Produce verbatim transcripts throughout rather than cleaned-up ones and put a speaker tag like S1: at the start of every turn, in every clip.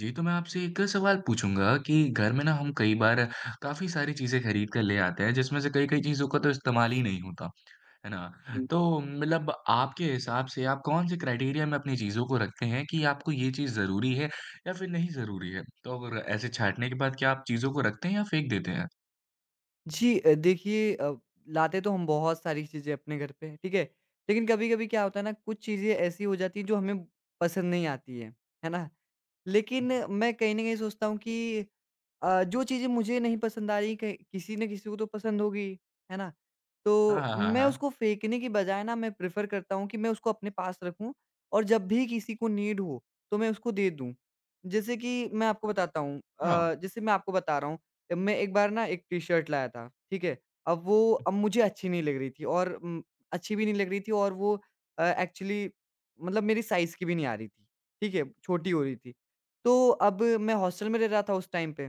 S1: जी, तो मैं आपसे एक सवाल पूछूँगा कि घर में ना हम कई बार काफ़ी सारी चीज़ें खरीद कर ले आते हैं, जिसमें से कई-कई चीज़ों का तो इस्तेमाल ही नहीं होता, है ना?
S2: हुँ।
S1: तो मतलब आपके हिसाब से आप कौन-से क्राइटेरिया में अपनी चीज़ों को रखते हैं कि आपको ये चीज़ ज़रूरी है या फिर नहीं ज़रूरी है? तो अगर ऐसे छाँटने के बाद क्या आप चीज़ों को रखते हैं या फेंक देते हैं?
S2: जी। अ, देखिए अ, लाते तो हम बहुत सारी चीज़ें अपने घर पे, ठीक है? लेकिन कभी-कभी क्या होता है ना, कुछ चीज़ें ऐसी हो जाती हैं जो हमें पसंद नहीं आती हैं, है ना? लेकिन मैं कहीं न कहीं सोचता हूँ कि अ, जो चीज़ें मुझे नहीं पसंद आ रही कहीं किसी न किसी को तो पसंद होगी, है ना?
S1: हाँ,
S2: तो
S1: हाँ, हाँ,
S2: मैं
S1: हाँ।
S2: उसको फेंकने की बजाय ना मैं प्रेफ़र करता हूँ कि मैं उसको अपने पास रखूँ और जब भी किसी को नीड हो, तो मैं उसको दे दूँ। जैसे कि मैं आपको बताता हूँ
S1: हाँ।
S2: अ, जैसे मैं आपको बता रहा हूँ, मैं एक बार ना एक टी-शर्ट लाया था, ठीक है? अब वो अब मुझे अच्छी नहीं लग रही थी और उम, अच्छी भी नहीं लग रही थी और वो अ, एक्चुअली मतलब मेरी साइज़ की भी नहीं आ रही थी, ठीक है? छोटी हो रही थी। तो अब मैं हॉस्टल में रह रहा था उस टाइम पे,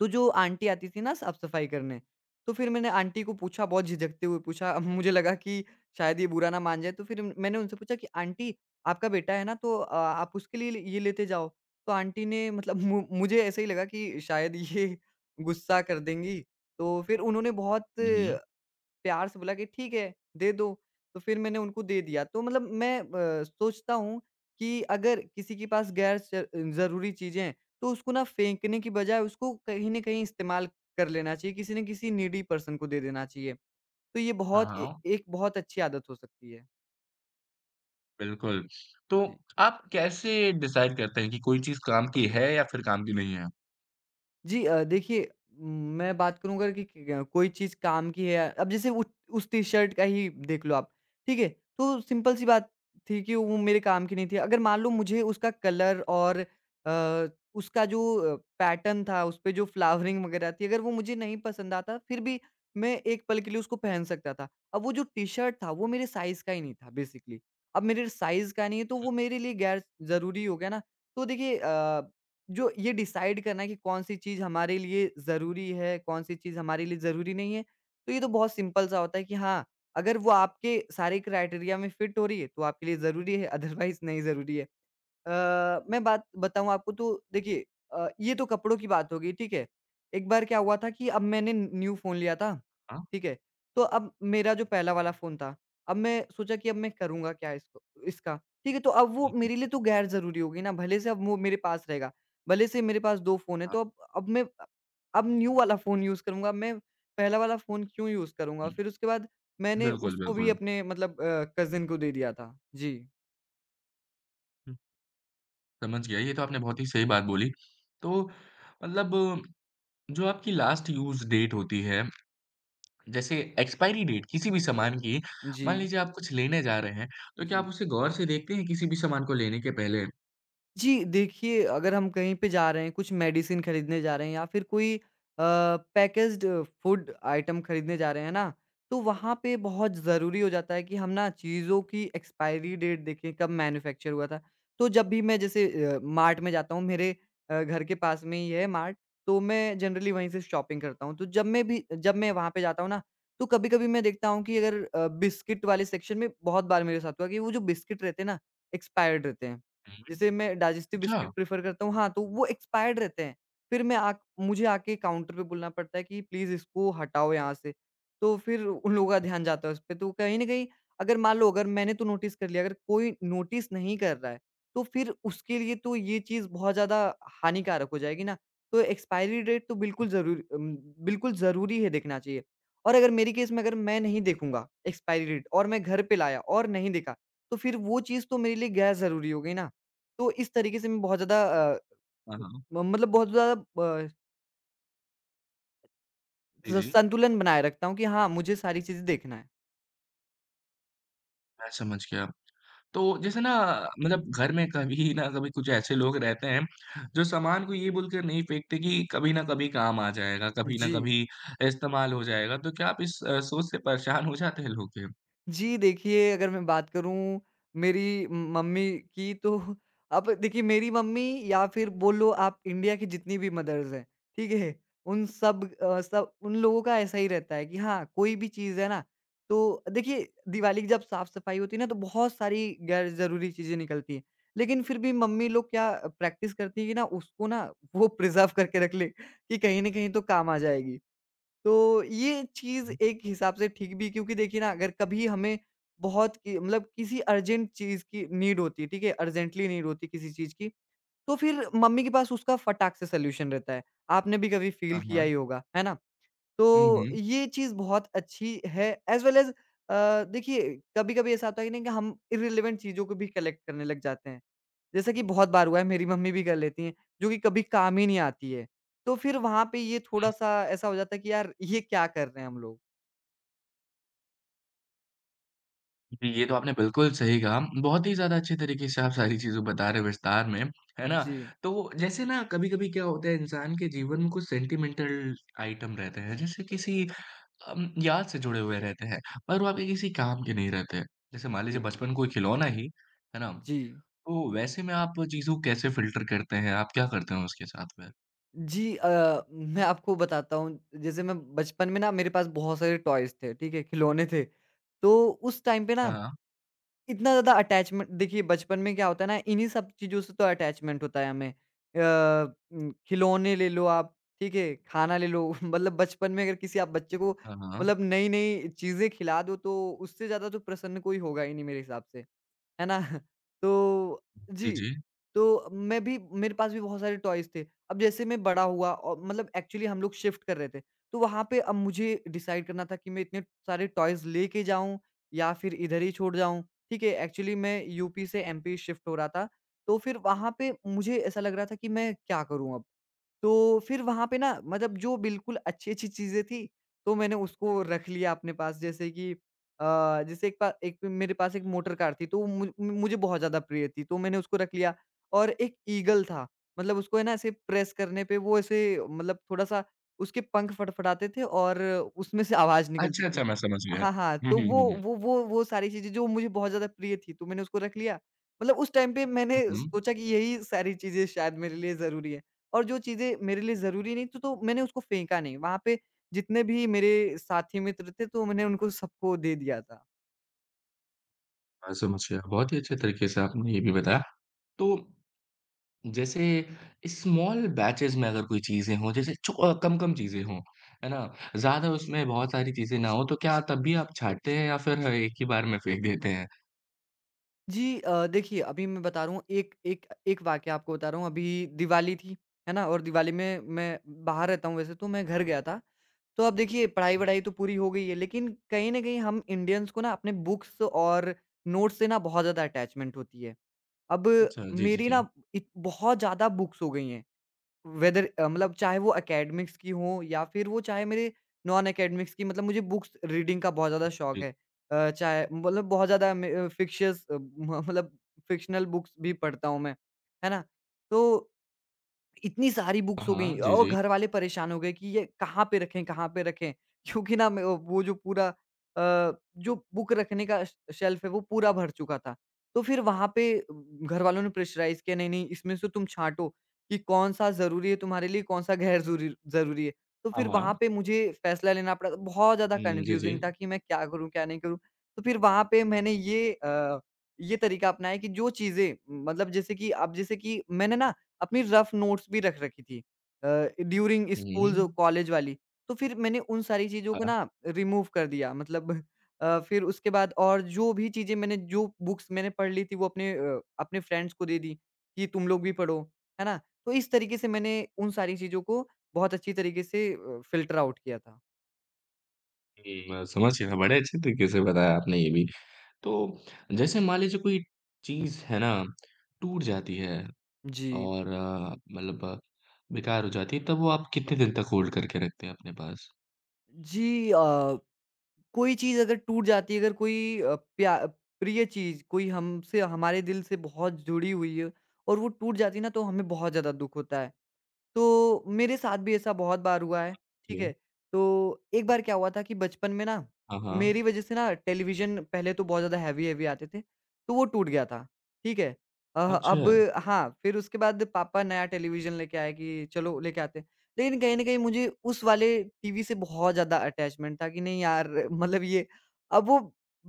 S2: तो जो आंटी आती थी ना साफ-सफाई करने, तो फिर मैंने आंटी को पूछा बहुत झिझकते हुए पूछा अब मुझे लगा कि शायद ये बुरा ना मान जाए तो फिर मैंने उनसे पूछा कि आंटी आपका बेटा है ना तो अ, आप उसके लिए ये लेते जाओ। तो आंटी ने मतलब मु मुझे ऐसे ही लगा कि शायद ये गुस्सा कर देंगी, तो फिर उन्होंने बहुत
S1: हुँ, हुँ।
S2: प्यार से बोला कि ठीक है, दे दो। तो फिर मैंने उनको दे दिया। तो मतलब मैं अ, सोचता हूँ कि अगर किसी के पास गैर ज ज़रूरी चीज़ें हैं, तो उसको ना फेंकने की बजाय उसको कहीं न कहीं इस्तेमाल कर लेना चाहिए, किसी न किसी नीडी पर्सन को दे देना चाहिए। तो ये
S1: हाँ,
S2: बहुत ए
S1: हाँ,
S2: एक बहुत अच्छी आदत हो सकती है।
S1: बिल्कुल। तो
S2: जी।
S1: आप कैसे डिसाइड करते हैं कि कोई चीज़ काम की है या फिर काम की नहीं है?
S2: जी। अ, देखिए मैं बात करूँ अगर कि कि अ, कोई चीज़ काम की है अब जैसे उस उस टी-शर्ट का ही देख लो आप, ठीक है? तो सिंपल सी बात थी कि वो मेरे काम की नहीं थी। अगर मान लो मुझे उसका कलर और अ, उसका जो अ, पैटर्न था उसपे जो फ्लावरिंग वगैरह थी अगर वो मुझे नहीं पसंद आता फिर भी मैं एक पल के लिए उसको पहन सकता था। अब वो जो टी-शर्ट था वो मेरे साइज़ का ही नहीं था बेसिकली। अब मेरे साइज़ का नहीं है तो वो मेरे लिए गैर ज़रूरी हो गया ना। तो देखिए अ, जो ये डिसाइड करना है कि कौन-सी चीज़ हमारे लिए ज़रूरी है, कौन-सी चीज़ हमारे लिए ज़रूरी नहीं है, तो ये तो बहुत सिंपल सा होता है कि हाँ, अगर वो आपके सारे क्राइटेरिया में फिट हो रही है, तो आपके लिए ज़रूरी है, अदरवाइज़ नहीं ज़रूरी है। अ, मैं बात बताऊँ आपको तो देखिए अ, ये तो कपड़ों की बात हो गई, ठीक है? एक बार क्या हुआ था कि अब मैंने न न्यू फ़ोन लिया था,
S1: हाँ।
S2: ठीक है? तो अब मेरा जो पहला वाला फ़ोन था, अब मैं सोचा कि अब मैं करूँगा क्या इसको इसका, ठीक है? तो अब वो
S1: हुँ, हुँ।
S2: मेरे लिए तो गैर ज़रूरी हो गई ना, भले से अब वो मेरे पास रहेगा, भले से मेरे पास दो फ़ोन हैं,
S1: हाँ।
S2: तो अब अब मैं अब न्यू वाला फ़ोन यूज़ करूँगा, मैं पहला वाला फ़ोन क्यों यूज़ करूँगा?
S1: हुँ।
S2: फिर उसके बाद मैंने
S1: बिल्कुल,
S2: उसको भी
S1: बिल्कुल।
S2: अपने मतलब अ, कज़िन को दे दिया था। जी,
S1: हुँ, समझ गया, ये तो आपने बहुत ही सही बात बोली। तो मतलब जो आपकी लास्ट यूज़ डेट होती है, जैसे एक्सपायरी डेट किसी भी सामान की, मान
S2: जी,
S1: लीजिए आप कुछ लेने जा रहे हैं, तो क्या
S2: जी।
S1: आप उसे गौर से देखते हैं किसी भी सामान को लेने के पहले?
S2: जी, देखिए अगर हम कहीं पे जा रहे हैं, कुछ मेडिसिन खरीदने जा रहे हैं या फिर कोई अ, पैकेज्ड फूड आइटम खरीदने जा रहे हैं ना, तो वहाँ पे बहुत ज़रूरी हो जाता है कि हम ना चीज़ों की एक्सपायरी डेट देखें कब मैन्युफैक्चर हुआ था। तो जब भी मैं जैसे अ, मार्ट में जाता हूँ मेरे अ, घर के पास में ही है मार्ट, तो मैं जनरली वहीं से शॉपिंग करता हूँ। तो जब मैं भी जब मैं वहाँ पे जाता हूँ ना, तो कभी-कभी मैं देखता हूँ कि अगर अ, बिस्किट वाले सेक्शन में बहुत बार मेरे साथ हुआ कि वो जो बिस्किट रहते हैं ना, एक्सपायर्ड रहते हैं।
S1: हुँ,
S2: जैसे मैं डाइजेस्टिव
S1: अच्छा।
S2: बिस्किट प्रेफ़र करता हूँ हाँ, तो वो एक्सपायर्ड रहते हैं। फिर मैं आक मुझे आके काउंटर पे बोलना पड़ता है कि प्लीज़ इसको हटाओ यहाँ से। तो फिर उन लोगों का ध्यान जाता है उस पे। तो कहीं न कहीं अगर मान लो अगर मैंने तो नोटिस कर लिया, अगर कोई नोटिस नहीं कर रहा है, तो फिर उसके लिए तो ये चीज़ बहुत ज़्यादा हानिकारक हो जाएगी ना। तो एक्सपायरी डेट तो बिल्कुल ज़रूर उम, बिल्कुल ज़रूरी है देखना चाहिए। और अगर मेरी केस में अगर मैं नहीं देखूँगा एक्सपायरी डेट और मैं घर पे लाया और नहीं देखा, तो फिर वो चीज़ तो मेरे लिए गैर-ज़रूरी हो गई ना। तो इस तरीके से मैं बहुत ज़्यादा अ,
S1: हाँ, हाँ।
S2: ब म मतलब बहुत ज़्यादा ब
S1: जी,
S2: स
S1: जी,
S2: संतुलन बनाए रखता हूँ कि हाँ, मुझे सारी चीज़ें देखना है।
S1: मैं समझ गया। तो जैसे ना मतलब घर में कभी ना कभी कुछ ऐसे लोग रहते हैं, जो सामान को ये बोलकर नहीं फेंकते कि कभी ना कभी काम आ जाएगा, कभी ना
S2: जी।
S1: कभी इस्तेमाल हो जाएगा, तो क्या आप इस अ, सोच से परेशान हो जाते हैं लोग?
S2: जी, देखिए अगर मैं बात करूँ मेरी म- मम्मी की तो अब देखिए मेरी मम्मी या फिर बोलो आप इंडिया की जितनी भी मदर्स हैं, ठीक है? उन सब अ, सब उन लोगों का ऐसा ही रहता है कि हाँ, कोई भी चीज़ है ना तो देखिए दिवाली की जब साफ-सफाई होती है ना तो बहुत सारी गैर ज़रूरी चीज़ें निकलती हैं। लेकिन फिर भी मम्मी लोग क्या प्रैक्टिस करती है कि ना उसको ना वो प्रिज़र्व करके रख ले कि कहीं न कहीं तो काम आ जाएगी। तो ये चीज़ एक हिसाब से ठीक भी क्योंकि देखिए ना अगर कभी हमें बहुत कि मतलब किसी अर्जेंट चीज़ की नीड होती है, ठीक है? अर्जेंटली नीड होती है किसी चीज़ की, तो फिर मम्मी के पास उसका फटाक से सॉल्यूशन रहता है। आपने भी कभी फ़ील
S1: हाँ,
S2: किया
S1: हाँ।
S2: ही होगा, है ना?
S1: हुँ,
S2: तो
S1: हुँ,
S2: ये चीज़ बहुत अच्छी है एज़ वेल एज़ अ, देखिए कभी-कभी ऐसा होता है ना कि हम इर्रिलेवेंट चीज़ों को भी कलेक्ट करने लग जाते हैं। जैसे कि बहुत बार हुआ है, मेरी मम्मी भी कर लेती हैं, जो कि कभी काम ही नहीं आती है। तो फिर वहाँ पे ये
S1: हुँ।
S2: थोड़ा-सा ऐसा हो जाता है कि यार ये क्या कर रहे हैं हम लोग?
S1: जी, ये तो आपने बिल्कुल सही कहा। बहुत ही ज़्यादा अच्छे तरीके से आप सारी चीज़ें बता रहे हैं विस्तार में, है ना?
S2: जी।
S1: तो जैसे ना कभी-कभी क्या होता है इंसान के जीवन में कुछ सेंटिमेंटल आइटम रहते हैं, जैसे किसी अम, याद से जुड़े हुए रहते हैं पर वो
S2: अ,
S1: आपके किसी काम के नहीं रहते हैं। जैसे मान लीजिए
S2: जी,
S1: बचपन कोई खिलौना ही, है ना?
S2: जी।
S1: तो वैसे में आप चीज़ों को कैसे फ़िल्टर करते हैं? आप क्या करते हैं उसके साथ में?
S2: जी। अ, मैं आपको बताता हूँ, जैसे मैं बचपन में ना मेरे पास बहुत सारे टॉयज़ थे, ठीक है? खिलौने थे। तो उस टाइम पे ना
S1: हाँ, हाँ।
S2: इतना ज़्यादा अटैचमेंट देखिए बचपन में क्या होता है ना इन्हीं सब चीज़ों से तो अटैचमेंट होता है हमें। अ, उम, खिलौने ले लो आप, ठीक है? खाना ले लो मतलब बचपन में अगर किसी आप बच्चे को
S1: हाँ, हाँ।
S2: मतलब नई-नई चीज़ें खिला दो तो उससे ज़्यादा तो प्रसन्न कोई होगा ही नहीं मेरे हिसाब से। है ना? तो
S1: जी,
S2: जी।
S1: जी।
S2: तो मैं भी मेरे पास भी बहुत सारे टॉयज़ थे। अब जैसे मैं बड़ा हुआ औ मतलब एक्चुअली हम लोग शिफ्ट कर रहे थे, तो वहाँ पे अब मुझे डिसाइड करना था कि मैं इतने सारे टॉयज़ लेके जाऊँ या फिर इधर ही छोड़ जाऊँ, ठीक है? एक्चुअली मैं यू पी से एम पी शिफ्ट हो रहा था, तो फिर वहाँ पे मुझे ऐसा लग रहा था कि मैं क्या करूँ अब? तो फिर वहाँ पे ना मतलब जो बिल्कुल अच्छी-अच्छी चीज़ें थी, तो मैंने उसको रख लिया अपने पास जैसे कि अ, जैसे एक पा एक मेरे पास एक मोटर कार थी, तो मु मुझे बहुत ज़्यादा प्रिय थी, तो मैंने उसको रख लिया और एक ईगल था, मतलब उसको है ना ऐसे प्रेस करने पे वो ऐसे मतलब थोड़ा-सा उसके पंख फड़फड़ाते थे और उसमें से आवाज़ निकलती
S1: अच्छा,
S2: थी।
S1: अच्छा मैं समझ गया।
S2: हाँ, हाँ,
S1: हुँ,
S2: तो
S1: हुँ,
S2: वो
S1: हुँ, हुँ।
S2: वो वो वो सारी चीज़ें जो मुझे बहुत ज़्यादा प्रिय थी, तो मैंने उसको रख लिया। मतलब उस टाइम पे मैंने
S1: हुँ, हुँ।
S2: सोचा कि यही सारी चीज़ें शायद मेरे लिए ज़रूरी है। और जो चीज़ें मेरे लिए ज़रूरी नहीं थी तो मैंने उसको फेंका नहीं। वहाँ पे जितने भी मेरे साथी मित्र थे तो मैंने उनको सबको दे दिया था।
S1: मैं समझ गया। बहुत ही अच्छे तरीके से आपने ये भी बताया। तो जैसे स्मॉल बैचेज़ में अगर कोई चीज़ें हों, जैसे छो अ, कम-कम चीज़ें हों, है ना? ज़्यादा उसमें बहुत सारी चीज़ें ना हों, तो क्या तब भी आप छाँटते हैं या फिर एक ही बार में फेंक देते हैं?
S2: जी। अ, देखिए अभी मैं बता रहा हूँ एक एक एक वाक़या आपको बता रहा हूँ अभी दिवाली थी, है ना? और दिवाली में मैं बाहर रहता हूँ वैसे तो मैं घर गया था। तो अब देखिए पढ़ाई-वढ़ाई तो पूरी हो गई है लेकिन कहीं न कहीं हम इंडियंस को ना अपने बुक्स और नोट्स से ना बहुत ज़्यादा अटैचमेंट होती है। अब
S1: अच्छा, जी, जी,
S2: मेरी
S1: जी।
S2: ना इत बहुत ज़्यादा बुक्स हो गई हैं। वेदर अ, मतलब चाहे वो एकेडमिक्स की हों या फिर वो चाहे मेरे नॉन एकेडमिक्स की मतलब मुझे बुक्स रीडिंग का बहुत ज़्यादा शौक
S1: जी।
S2: है। अ, चाहे मतलब बहुत ज़्यादा मे अ, फ़िक्शियस अ, म मतलब फ़िक्शनल बुक्स भी पढ़ता हूँ मैं, है ना? तो इतनी सारी बुक्स हो गई
S1: हाँ, जी,
S2: और
S1: जी।
S2: घर वाले परेशान हो गए कि ये कहाँ पे रखें, कहाँ पे रखें? क्योंकि ना मैं वो जो पूरा अ, जो बुक रखने का श शेल्फ है वो पूरा भर चुका था। तो फिर वहाँ पे घर वालों ने प्रेशराइज़ किया नहीं-नहीं इसमें से तुम छाँटो कि कौन-सा ज़रूरी है तुम्हारे लिए, कौन-सा गैर ज़रूरी ज़रूरी है। तो
S1: हाँ,
S2: फिर वहाँ
S1: हाँ।
S2: पे मुझे फैसला लेना पड़ा। तो बहुत ज़्यादा
S1: हुँ, जी, जी।
S2: कन्फ्यूज़िंग था कि मैं क्या करूँ, क्या नहीं करूँ? तो फिर वहाँ पे मैंने ये अ, ये तरीका अपनाया कि जो चीज़ें मतलब जैसे कि अब जैसे कि मैंने ना अपनी रफ़ नोट्स भी रख रखी थी अ, ड्यूरिंग
S1: हुँ।
S2: स्कूल कॉलेज वाली। तो फिर मैंने उन सारी चीज़ों को
S1: हाँ,
S2: ना रिमूव कर दिया मतलब अ, फिर उसके बाद और जो भी चीज़ें मैंने जो बुक्स मैंने पढ़ ली थी वो अपने अ, अपने फ्रेंड्स को दे दी कि तुम लोग भी पढ़ो, है ना? तो इस तरीके से मैंने उन सारी चीज़ों को बहुत अच्छी तरीके से अ, फ़िल्टर आउट किया था।
S1: हुँ, मैं समझ गया। बड़े अच्छे तरीके से बताया आपने ये भी। तो जैसे मान लीजिए कोई चीज़ है ना, टूट जाती है
S2: जी।
S1: और अ, मतलब अ, बेकार हो जाती है, तब वो आप कितने दिन तक होल्ड करके रखते हैं अपने पास?
S2: जी अ, कोई चीज़ अगर टूट जाती है, अगर कोई अ, प्या प्रिय चीज़, कोई हमसे हमारे दिल से बहुत जुड़ी हुई है और वो टूट जाती है ना, तो हमें बहुत ज़्यादा दुःख होता है। तो मेरे साथ भी ऐसा बहुत बार हुआ है, ठीक है?
S1: ये
S2: तो एक बार क्या हुआ था कि बचपन में ना,
S1: हाँ, हाँ।
S2: मेरी वज़ह से ना टेलीविज़न पहले तो बहुत ज़्यादा हैवी-हैवी आते थे, तो वो टूट गया था, ठीक है? अ,
S1: अच्छा।
S2: अब हाँ, फिर उसके बाद पापा नया टेलीविज़न लेके आए कि चलो लेके आते हैं। लेकिन कहीं न कहीं मुझे उस वाले टीवी से बहुत ज़्यादा अटैचमेंट था कि नहीं यार मतलब ये अब वो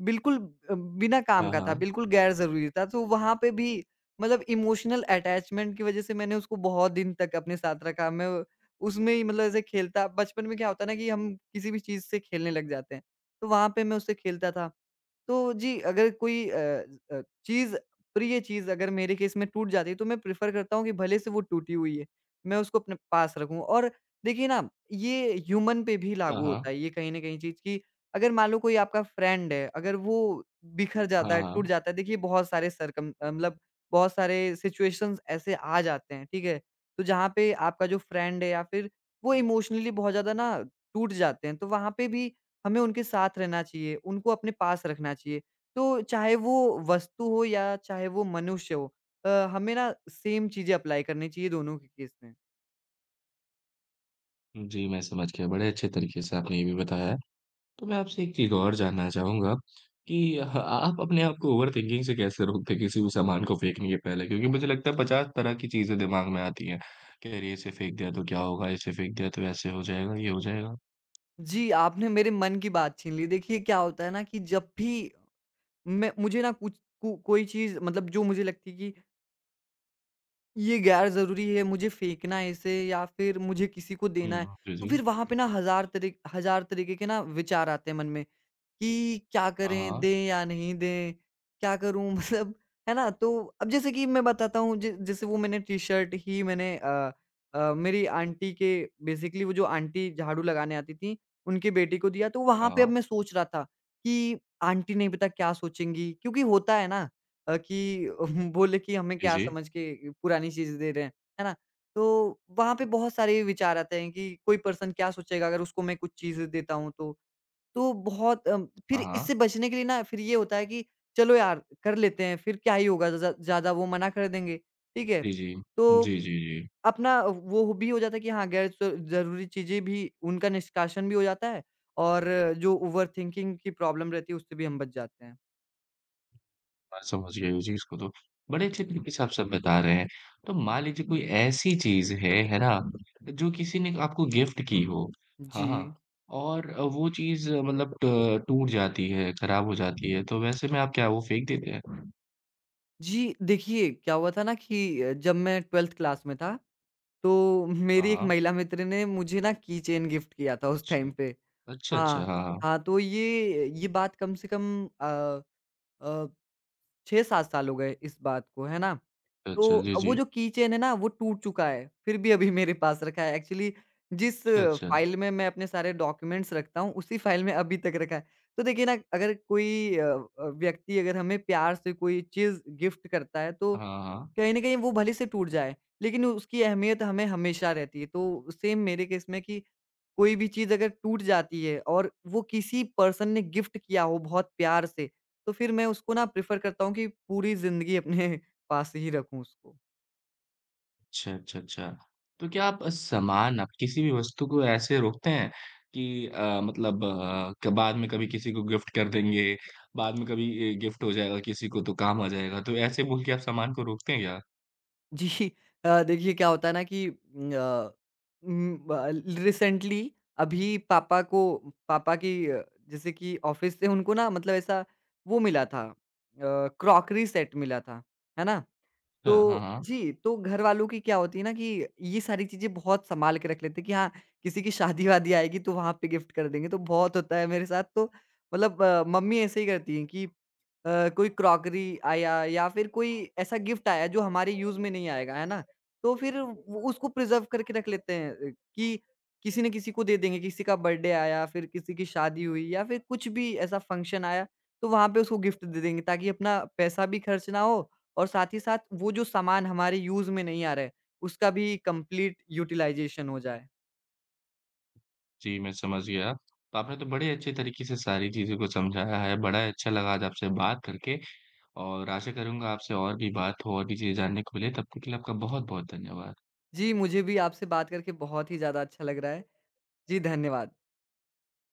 S2: बिल्कुल अ, बिना काम
S1: हाँ,
S2: का था,
S1: हाँ।
S2: बिल्कुल गैर ज़रूरी था, तो वहाँ पे भी मतलब इमोशनल अटैचमेंट की वज़ह से मैंने उसको बहुत दिन तक अपने साथ रखा। मैं वो- उसमें ही मतलब ऐसे खेलता बचपन में क्या होता है ना कि हम किसी भी चीज़ से खेलने लग जाते हैं, तो वहाँ पे मैं उससे खेलता था। तो जी, अगर कोई अ अ, चीज़ प्रिय चीज़ अगर मेरे केस में टूट जाती है, तो मैं प्रेफ़र करता हूँ कि भले से वो टूटी हुई है, मैं उसको अपने पास रखूँ। और देखिए ना, ये ह्यूमन पे भी हुँ।
S1: हाँ,
S2: लागू होता
S1: हाँ।
S2: है, ये कहीं न कहीं चीज़ कि अगर मान लो कोई आपका फ्रेंड है, अगर वो बिखर जाता
S1: हाँ,
S2: है, टूट
S1: हाँ।
S2: जाता है, देखिए बहुत सारे सरकम अ, मतलब बहुत सारे सिचुएशंस ऐसे आ जाते हैं, ठीक है? तो जहाँ पे आपका जो फ्रेंड है या फिर वो इमोशनली बहुत ज़्यादा ना टूट जाते हैं, तो वहाँ पे भी हमें उनके साथ रहना चाहिए, उनको अपने पास रखना चाहिए। तो चाहे वो वस्तु हो या चाहे वो मनुष्य हो अ, हमें ना सेम चीज़ें अप्लाई करनी चाहिए दोनों के केस में।
S1: जी, मैं समझ गया। बड़े अच्छे तरीके से आपने ये भी बताया है। तो मैं आपसे एक चीज़ और जानना चाहूँगा कि ह आप अपने आप को ओवर थिंकिंग से कैसे रोकते हैं किसी भी सामान को फेंकने के पहले? क्योंकि मुझे लगता है पचास तरह की चीज़ें दिमाग में आती हैं कि अरे! इसे फेंक दिया तो क्या होगा? इसे फेंक दिया तो ऐसे हो जाएगा, ये हो जाएगा।
S2: जी, आपने मेरे मन की बात छीन ली। देखिए क्या होता है ना कि जब भी मैं मुझे ना कुछ को कोई चीज़ मतलब जो मुझे लगती है कि ये गैर ज़रूरी है, मुझे फेंकना है इसे या फिर मुझे किसी को देना है,
S1: हुँ, जी,
S2: तो
S1: जी।
S2: फिर वहाँ पे ना हज़ार तरी हज़ार तरीके के ना विचार आते हैं मन में कि क्या
S1: हाँ,
S2: करें,
S1: हाँ।
S2: दें या नहीं दें? क्या करूँ? मतलब है ना? तो अब जैसे कि मैं बताता हूँ ज जैसे वो मैंने टी-शर्ट ही मैंने अ अ, मेरी आंटी के बेसिकली वो जो आंटी झाड़ू लगाने आती थीं, उनकी बेटी को दिया, तो हुँ। वहाँ
S1: हाँ,
S2: पे अब
S1: हाँ।
S2: मैं सोच रहा था कि आंटी नहीं पता क्या सोचेंगी? क्योंकि होता है ना अ, कि बोले कि हमें
S1: जी,
S2: क्या
S1: जी।
S2: समझ के पुरानी चीज़ दे रहे हैं, है ना? तो वहाँ पे बहुत सारे विचार आते हैं कि कोई पर्सन क्या सोचेगा अगर उसको मैं कुछ चीज़ें देता हूँ तो? तो बहुत अ,
S1: हाँ,
S2: फिर इससे
S1: हाँ।
S2: बचने के लिए ना फिर ये होता है कि चलो यार कर लेते हैं, फिर क्या ही होगा ज़्यादा ज़्यादा वो मना कर देंगे, ठीक है?
S1: जी, जी।
S2: तो
S1: जी, जी, जी।
S2: अपना वो भी हो जाता है कि हाँ, गैर स ज़रूरी चीज़ें भी उनका निष्कासन भी हो जाता है और जो ओवरथिंकिंग की प्रॉब्लम रहती है उससे भी हम बच जाते हैं।
S1: मैं समझ गया इस चीज़ को तो। बड़े अच्छे तरीके से आप सब बता रहे हैं। तो मान लीजिए कोई ऐसी चीज़ है, है ना? जो किसी ने आपको गिफ्ट की हो,
S2: जी।
S1: हाँ, हाँ, और अ, वो चीज़ मतलब ट टूट जाती है, खराब हो जाती है, तो वैसे में आप क्या वो फेंक देते हैं?
S2: जी, देखिए क्या हुआ था ना कि अ, जब मैं ट्वेल्थ क्लास में था, तो
S1: हाँ,
S2: मेरी एक
S1: हाँ।
S2: महिला मित्र ने मुझे ना की चेन गिफ्ट किया था उस
S1: अच्छा।
S2: टाइम पे।
S1: अच्छा, अच्छा,
S2: हाँ,
S1: हाँ, हाँ।
S2: हाँ, तो ये ये बात कम से कम अ अ, छह सात साल हो गए इस बात को, है ना?
S1: अच्छा, अच्छा,
S2: तो
S1: जी,
S2: वो
S1: जी।
S2: जो कीचेन है ना, वो टूट चुका है, फिर भी अभी मेरे पास रखा है। एक्चुअली जिस
S1: अच्छा, अच्छा।
S2: फ़ाइल में मैं अपने सारे डॉक्यूमेंट्स रखता हूँ, उसी फ़ाइल में अभी तक रखा है। तो देखिए ना, अगर कोई अ अ, व्यक्ति अगर हमें प्यार से कोई चीज़ गिफ्ट करता है, तो
S1: हाँ, हाँ।
S2: कहीं न कहीं वो भले से टूट जाए, लेकिन उसकी अहमियत हमें हमेशा रहती है। तो सेम मेरे केस में कि कोई भी चीज़ अगर टूट जाती है और वो किसी पर्सन ने गिफ्ट किया हो बहुत प्यार से, तो फिर मैं उसको ना प्रेफ़र करता हूँ कि पूरी ज़िंदगी अपने पास ही रखूँ उसको।
S1: अच्छा, अच्छा, अच्छा। तो क्या आप सामान आप किसी भी वस्तु को ऐसे रोकते हैं कि अ, मतलब अ, क बाद में कभी किसी को गिफ्ट कर देंगे, बाद में कभी ए, गिफ्ट हो जाएगा किसी को तो काम आ जाएगा, तो ऐसे बोल के आप सामान को रोकते हैं क्या?
S2: जी अ, देखिए क्या होता है ना कि उम, अ, उम, ब रिसेंटली अभी पापा को पापा की अ, जैसे कि ऑफ़िस से उनको ना मतलब ऐसा वो मिला था अ, क्रॉकरी सेट मिला था, है ना? तो
S1: अच्छा, हाँ, हाँ।
S2: जी, तो घरवालों की क्या होती है ना कि ये सारी चीज़ें बहुत सँभाल के रख लेते हैं कि हाँ, किसी की शादी-वादी आएगी तो वहाँ पे गिफ्ट कर देंगे, तो बहुत होता है मेरे साथ तो मतलब अ, मम्मी ऐसे ही करती हैं कि अ, कोई क्रॉकरी आया या फिर कोई ऐसा गिफ्ट आया जो हमारे यूज़ में नहीं आएगा, है ना? तो फिर वो उसको प्रिज़र्व करके रख लेते हैं अ, कि किसी न किसी को दे देंगे, किसी का बर्थडे आया, फिर किसी की शादी हुई या फिर कुछ भी ऐसा फंक्शन आया, तो वहाँ पे उसको गिफ्ट दे देंगे ताकि अपना पैसा भी खर्च ना हो और साथ ही साथ वो जो सामान हमारे यूज़ में नहीं आ रहा है, उसका भी कंप्लीट यूटिलाइज़ेशन हो जाए।
S1: जी, मैं समझ गया। तो आपने तो बड़े अच्छे तरीके से सारी चीज़ों को समझाया है, बड़ा ही अच्छा लगा आज आपसे बात करके और आशा करूँगा आपसे और भी बात हो और भी चीज़ें जानने को मिले, तब तक के लिए आपका बहुत-बहुत धन्यवाद।
S2: जी, मुझे भी आपसे बात करके बहुत ही ज़्यादा अच्छा लग रहा है। जी, धन्यवाद।